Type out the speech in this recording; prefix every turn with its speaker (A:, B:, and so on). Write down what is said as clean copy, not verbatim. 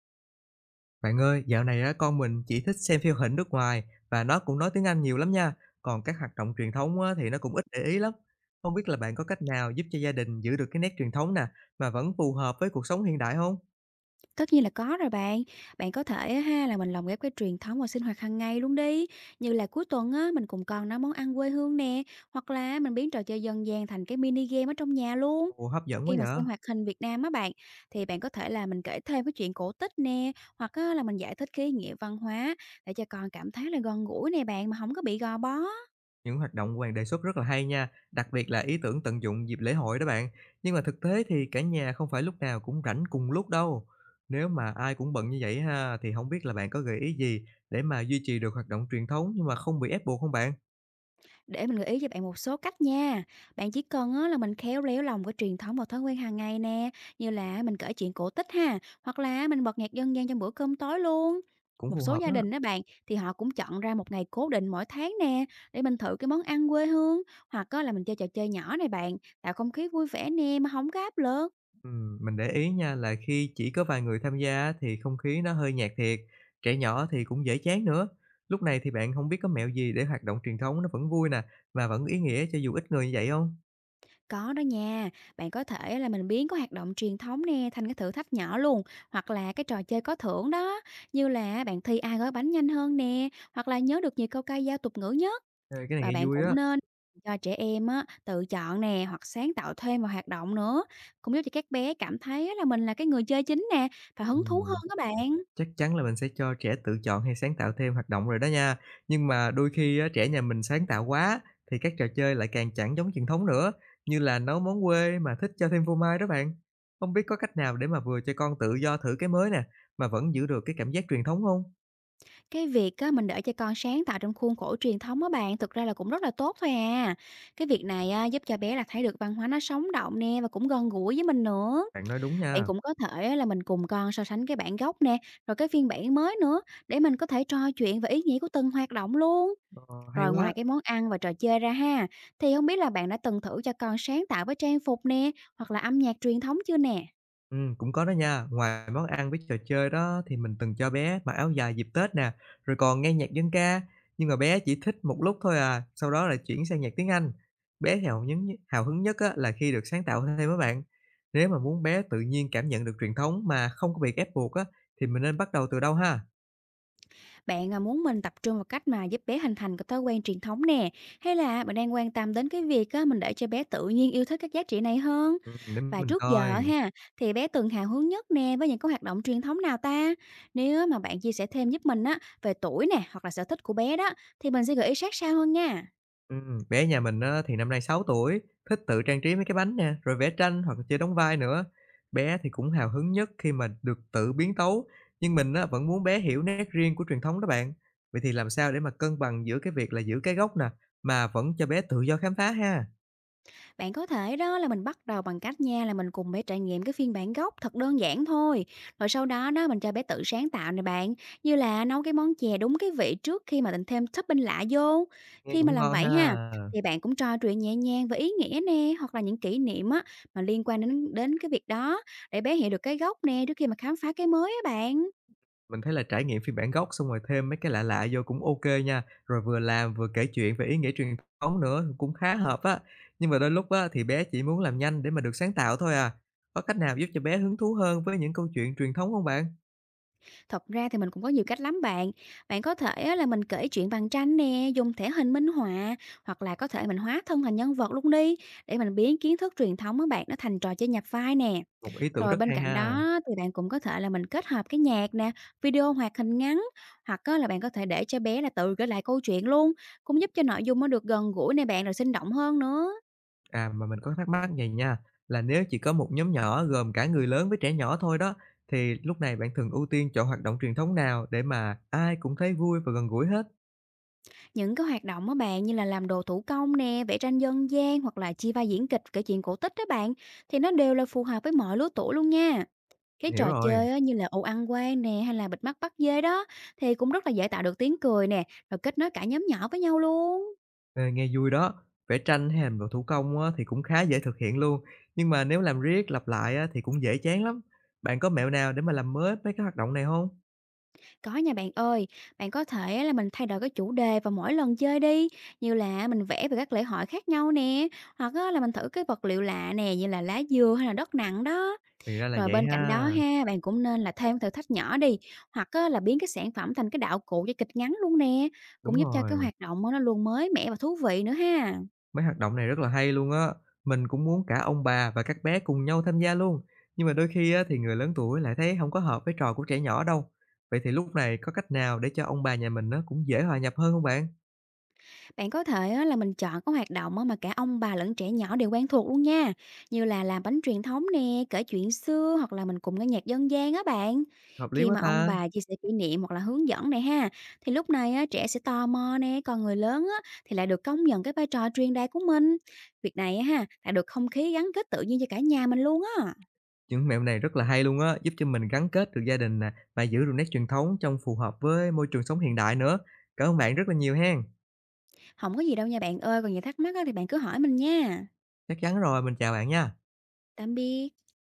A: Bạn ơi, dạo này á con mình chỉ thích xem phim hình nước ngoài và nó cũng nói tiếng Anh nhiều lắm nha. Còn các hoạt động truyền thống á, thì nó cũng ít để ý lắm. Không biết là bạn có cách nào giúp cho gia đình giữ được cái nét truyền thống nè mà vẫn phù hợp với cuộc sống hiện đại không?
B: Tất nhiên là có rồi bạn. Bạn có thể á ha là mình lồng ghép cái truyền thống vào sinh hoạt hàng ngày luôn đi. Như là cuối tuần á mình cùng con nấu món ăn quê hương nè, hoặc là mình biến trò chơi dân gian thành cái mini game ở trong nhà luôn.
A: Ồ, hấp dẫn quá
B: Khi mà
A: vậy.
B: xem hoạt hình Việt Nam á bạn thì bạn có thể là mình kể thêm cái chuyện cổ tích nè, hoặc á, là mình giải thích cái ý nghĩa văn hóa để cho con cảm thấy là gần gũi nè bạn, mà không có bị gò bó.
A: Những hoạt động bạn đề xuất rất là hay nha, đặc biệt là ý tưởng tận dụng dịp lễ hội đó bạn. Nhưng mà thực tế thì cả nhà không phải lúc nào cũng rảnh cùng lúc đâu. Nếu mà ai cũng bận như vậy ha thì không biết là bạn có gợi ý gì để mà duy trì được hoạt động truyền thống nhưng mà không bị ép buộc không bạn?
B: Để mình gợi ý cho bạn một số cách nha. Bạn chỉ cần á, là mình khéo léo lòng cái truyền thống và thói quen hàng ngày nè, như là mình kể chuyện cổ tích ha, hoặc là mình bật nhạc dân gian trong bữa cơm tối luôn.
A: Cũng
B: Một
A: phù
B: số
A: hợp
B: gia
A: đó.
B: đình đó bạn thì họ cũng chọn ra một ngày cố định mỗi tháng nè, để mình thử cái món ăn quê hương, hoặc á, là mình chơi trò chơi nhỏ này bạn, tạo không khí vui vẻ nè mà không có áp lực.
A: Mình để ý nha là khi chỉ có vài người tham gia á, thì không khí nó hơi nhạt thiệt, trẻ nhỏ thì cũng dễ chán nữa. Lúc này thì bạn không biết có mẹo gì để hoạt động truyền thống nó vẫn vui nè và vẫn ý nghĩa cho dù ít người như vậy không?
B: Có đó nha, bạn có thể là mình biến cái hoạt động truyền thống nè thành cái thử thách nhỏ luôn, hoặc là cái trò chơi có thưởng đó, như là bạn thi ai gói bánh nhanh hơn nè, hoặc là nhớ được nhiều câu ca dao tục ngữ nhất.
A: Ê, cái này
B: Và
A: nghe
B: bạn
A: vui
B: cũng
A: á.
B: nên cho trẻ em á, tự chọn nè hoặc sáng tạo thêm vào hoạt động nữa, cũng giúp cho các bé cảm thấy á là mình là cái người chơi chính nè, và hứng thú hơn
A: Ừm.
B: các bạn.
A: Chắc chắn là mình sẽ cho trẻ tự chọn hay sáng tạo thêm hoạt động rồi đó nha. Nhưng mà đôi khi á, trẻ nhà mình sáng tạo quá thì các trò chơi lại càng chẳng giống truyền thống nữa, như là nấu món quê mà thích cho thêm phô mai đó bạn. Không biết có cách nào để mà vừa cho con tự do thử cái mới nè, mà vẫn giữ được cái cảm giác truyền thống không?
B: Cái việc á, mình để cho con sáng tạo trong khuôn khổ truyền thống á bạn, thực ra là cũng rất là tốt thôi à. Cái việc này á, giúp cho bé là thấy được văn hóa nó sống động nè, và cũng gần gũi với mình nữa.
A: Bạn nói đúng
B: Bạn
A: nha.
B: cũng có thể á, là mình cùng con so sánh cái bản gốc nè, rồi cái phiên bản mới nữa, để mình có thể trò chuyện về ý nghĩa của từng hoạt động luôn.
A: Ờ, hay
B: Rồi ngoài
A: quá.
B: cái món ăn và trò chơi ra ha, thì không biết là bạn đã từng thử cho con sáng tạo với trang phục nè, hoặc là âm nhạc truyền thống chưa nè?
A: Cũng có đó nha. Ngoài món ăn với trò chơi đó thì mình từng cho bé mặc áo dài dịp Tết nè, rồi còn nghe nhạc dân ca, nhưng mà bé chỉ thích một lúc thôi à, sau đó lại chuyển sang nhạc tiếng Anh. Bé thì hào hứng nhất á là khi được sáng tạo thêm á bạn. Nếu mà muốn bé tự nhiên cảm nhận được truyền thống mà không có bị ép buộc á thì mình nên bắt đầu từ đâu ha?
B: Bạn à, muốn mình tập trung vào cách mà giúp bé hình thành cái thói quen truyền thống nè, hay là bạn đang quan tâm đến cái việc á, mình để cho bé tự nhiên yêu thích các giá trị này hơn?
A: Để
B: Và
A: mình
B: trước
A: coi.
B: giờ ha, thì bé từng hào hứng nhất nè với những cái hoạt động truyền thống nào ta? Nếu mà bạn chia sẻ thêm giúp mình á về tuổi nè, hoặc là sở thích của bé đó, thì mình sẽ gợi ý sát sao hơn nha.
A: Bé nhà mình á thì năm nay 6 tuổi, thích tự trang trí mấy cái bánh nè, rồi vẽ tranh hoặc là chơi đóng vai nữa. Bé thì cũng hào hứng nhất khi mà được tự biến tấu, nhưng mình á vẫn muốn bé hiểu nét riêng của truyền thống đó bạn. Vậy thì làm sao để mà cân bằng giữa cái việc là giữ cái gốc nè, mà vẫn cho bé tự do khám phá ha?
B: Bạn có thể đó là mình bắt đầu bằng cách nha, là mình cùng bé trải nghiệm cái phiên bản gốc thật đơn giản thôi. Rồi sau đó đó mình cho bé tự sáng tạo này bạn, như là nấu cái món chè đúng cái vị trước khi mà mình thêm topping lạ vô.
A: Nghe
B: Khi mà
A: cũng
B: làm
A: ngon
B: vậy ha,
A: ha.
B: thì bạn cũng trò chuyện nhẹ nhàng về ý nghĩa nè, hoặc là những kỷ niệm á mà liên quan đến đến cái việc đó, để bé hiểu được cái gốc nè trước khi mà khám phá cái mới á bạn.
A: Mình thấy là trải nghiệm phiên bản gốc xong rồi thêm mấy cái lạ lạ vô cũng ok nha, rồi vừa làm vừa kể chuyện về ý nghĩa truyền thống nữa cũng khá hợp á. Nhưng mà đôi lúc á thì bé chỉ muốn làm nhanh để mà được sáng tạo thôi à. Có cách nào giúp cho bé hứng thú hơn với những câu chuyện truyền thống không bạn?
B: Thật ra thì mình cũng có nhiều cách lắm bạn. Bạn có thể á là mình kể chuyện bằng tranh nè, dùng thẻ hình minh họa, hoặc là có thể mình hóa thân thành nhân vật luôn đi, để mình biến kiến thức truyền thống của bạn nó thành trò chơi nhập vai nè.
A: Một ý tưởng
B: Rồi
A: rất
B: bên
A: hay
B: cạnh
A: ha.
B: đó thì bạn cũng có thể là mình kết hợp cái nhạc nè, video hoạt hình ngắn, hoặc á là bạn có thể để cho bé là tự kể lại câu chuyện luôn, cũng giúp cho nội dung nó được gần gũi nè bạn, rồi sinh động hơn nữa.
A: À, mà mình có thắc mắc vầy nha, là nếu chỉ có một nhóm nhỏ gồm cả người lớn với trẻ nhỏ thôi đó, thì lúc này bạn thường ưu tiên chọn hoạt động truyền thống nào để mà ai cũng thấy vui và gần gũi hết?
B: Những cái hoạt động á bạn như là làm đồ thủ công nè, vẽ tranh dân gian, hoặc là chia vai diễn kịch kể chuyện cổ tích đó bạn, thì nó đều là phù hợp với mọi lứa tuổi luôn nha. Cái
A: Mình hiểu
B: trò
A: rồi.
B: chơi á, như là ô ăn quan nè, hay là bịt mắt bắt dê đó, thì cũng rất là dễ tạo được tiếng cười nè, rồi kết nối cả nhóm nhỏ với nhau luôn.
A: Ê, nghe vui đó. Vẽ tranh hay làm đồ thủ công á, thì cũng khá dễ thực hiện luôn. Nhưng mà nếu làm riết lặp lại á, thì cũng dễ chán lắm. Bạn có mẹo nào để mà làm mới mấy cái hoạt động này không?
B: Có nha bạn ơi, bạn có thể á là mình thay đổi cái chủ đề vào mỗi lần chơi đi, như là mình vẽ về các lễ hội khác nhau nè, hoặc á là mình thử cái vật liệu lạ nè, như là lá dừa hay là đất nặng đó.
A: Thì ra là
B: Rồi
A: vậy
B: bên cạnh đó
A: ha.
B: ha, bạn cũng nên là thêm thử thách nhỏ đi, hoặc á, là biến cái sản phẩm thành cái đạo cụ cho kịch ngắn luôn nè,
A: Đúng
B: cũng giúp cho cái
A: rồi.
B: hoạt động á, nó luôn mới mẻ và thú vị nữa ha.
A: Mấy hoạt động này rất là hay luôn á. Mình cũng muốn cả ông bà và các bé cùng nhau tham gia luôn. Nhưng mà đôi khi á, thì người lớn tuổi lại thấy không có hợp với trò của trẻ nhỏ đâu. Vậy thì lúc này có cách nào để cho ông bà nhà mình á, cũng dễ hòa nhập hơn không bạn?
B: Bạn có thể á, là mình chọn các hoạt động á, mà cả ông bà lẫn trẻ nhỏ đều quen thuộc luôn nha. Như là làm bánh truyền thống nè, kể chuyện xưa, hoặc là mình cùng nghe nhạc dân gian á bạn.
A: Hợp lý
B: Khi
A: quá
B: mà ông
A: ta.
B: bà chia sẻ kỷ niệm hoặc là hướng dẫn này ha, thì lúc này á, trẻ sẽ tò mò nè, còn người lớn á, thì lại được công nhận cái vai trò truyền đạt của mình. Việc này á, ha, tạo được không khí gắn kết tự nhiên cho cả nhà mình luôn á.
A: Những mẹo này rất là hay luôn á, giúp cho mình gắn kết được gia đình nè, mà giữ được nét truyền thống trong phù hợp với môi trường sống hiện đại nữa. Cảm ơn bạn rất là nhiều hen.
B: Không có gì đâu nha bạn ơi, còn gì thắc mắc á, thì bạn cứ hỏi mình nha.
A: Chắc chắn rồi, mình chào bạn nha.
B: Tạm biệt.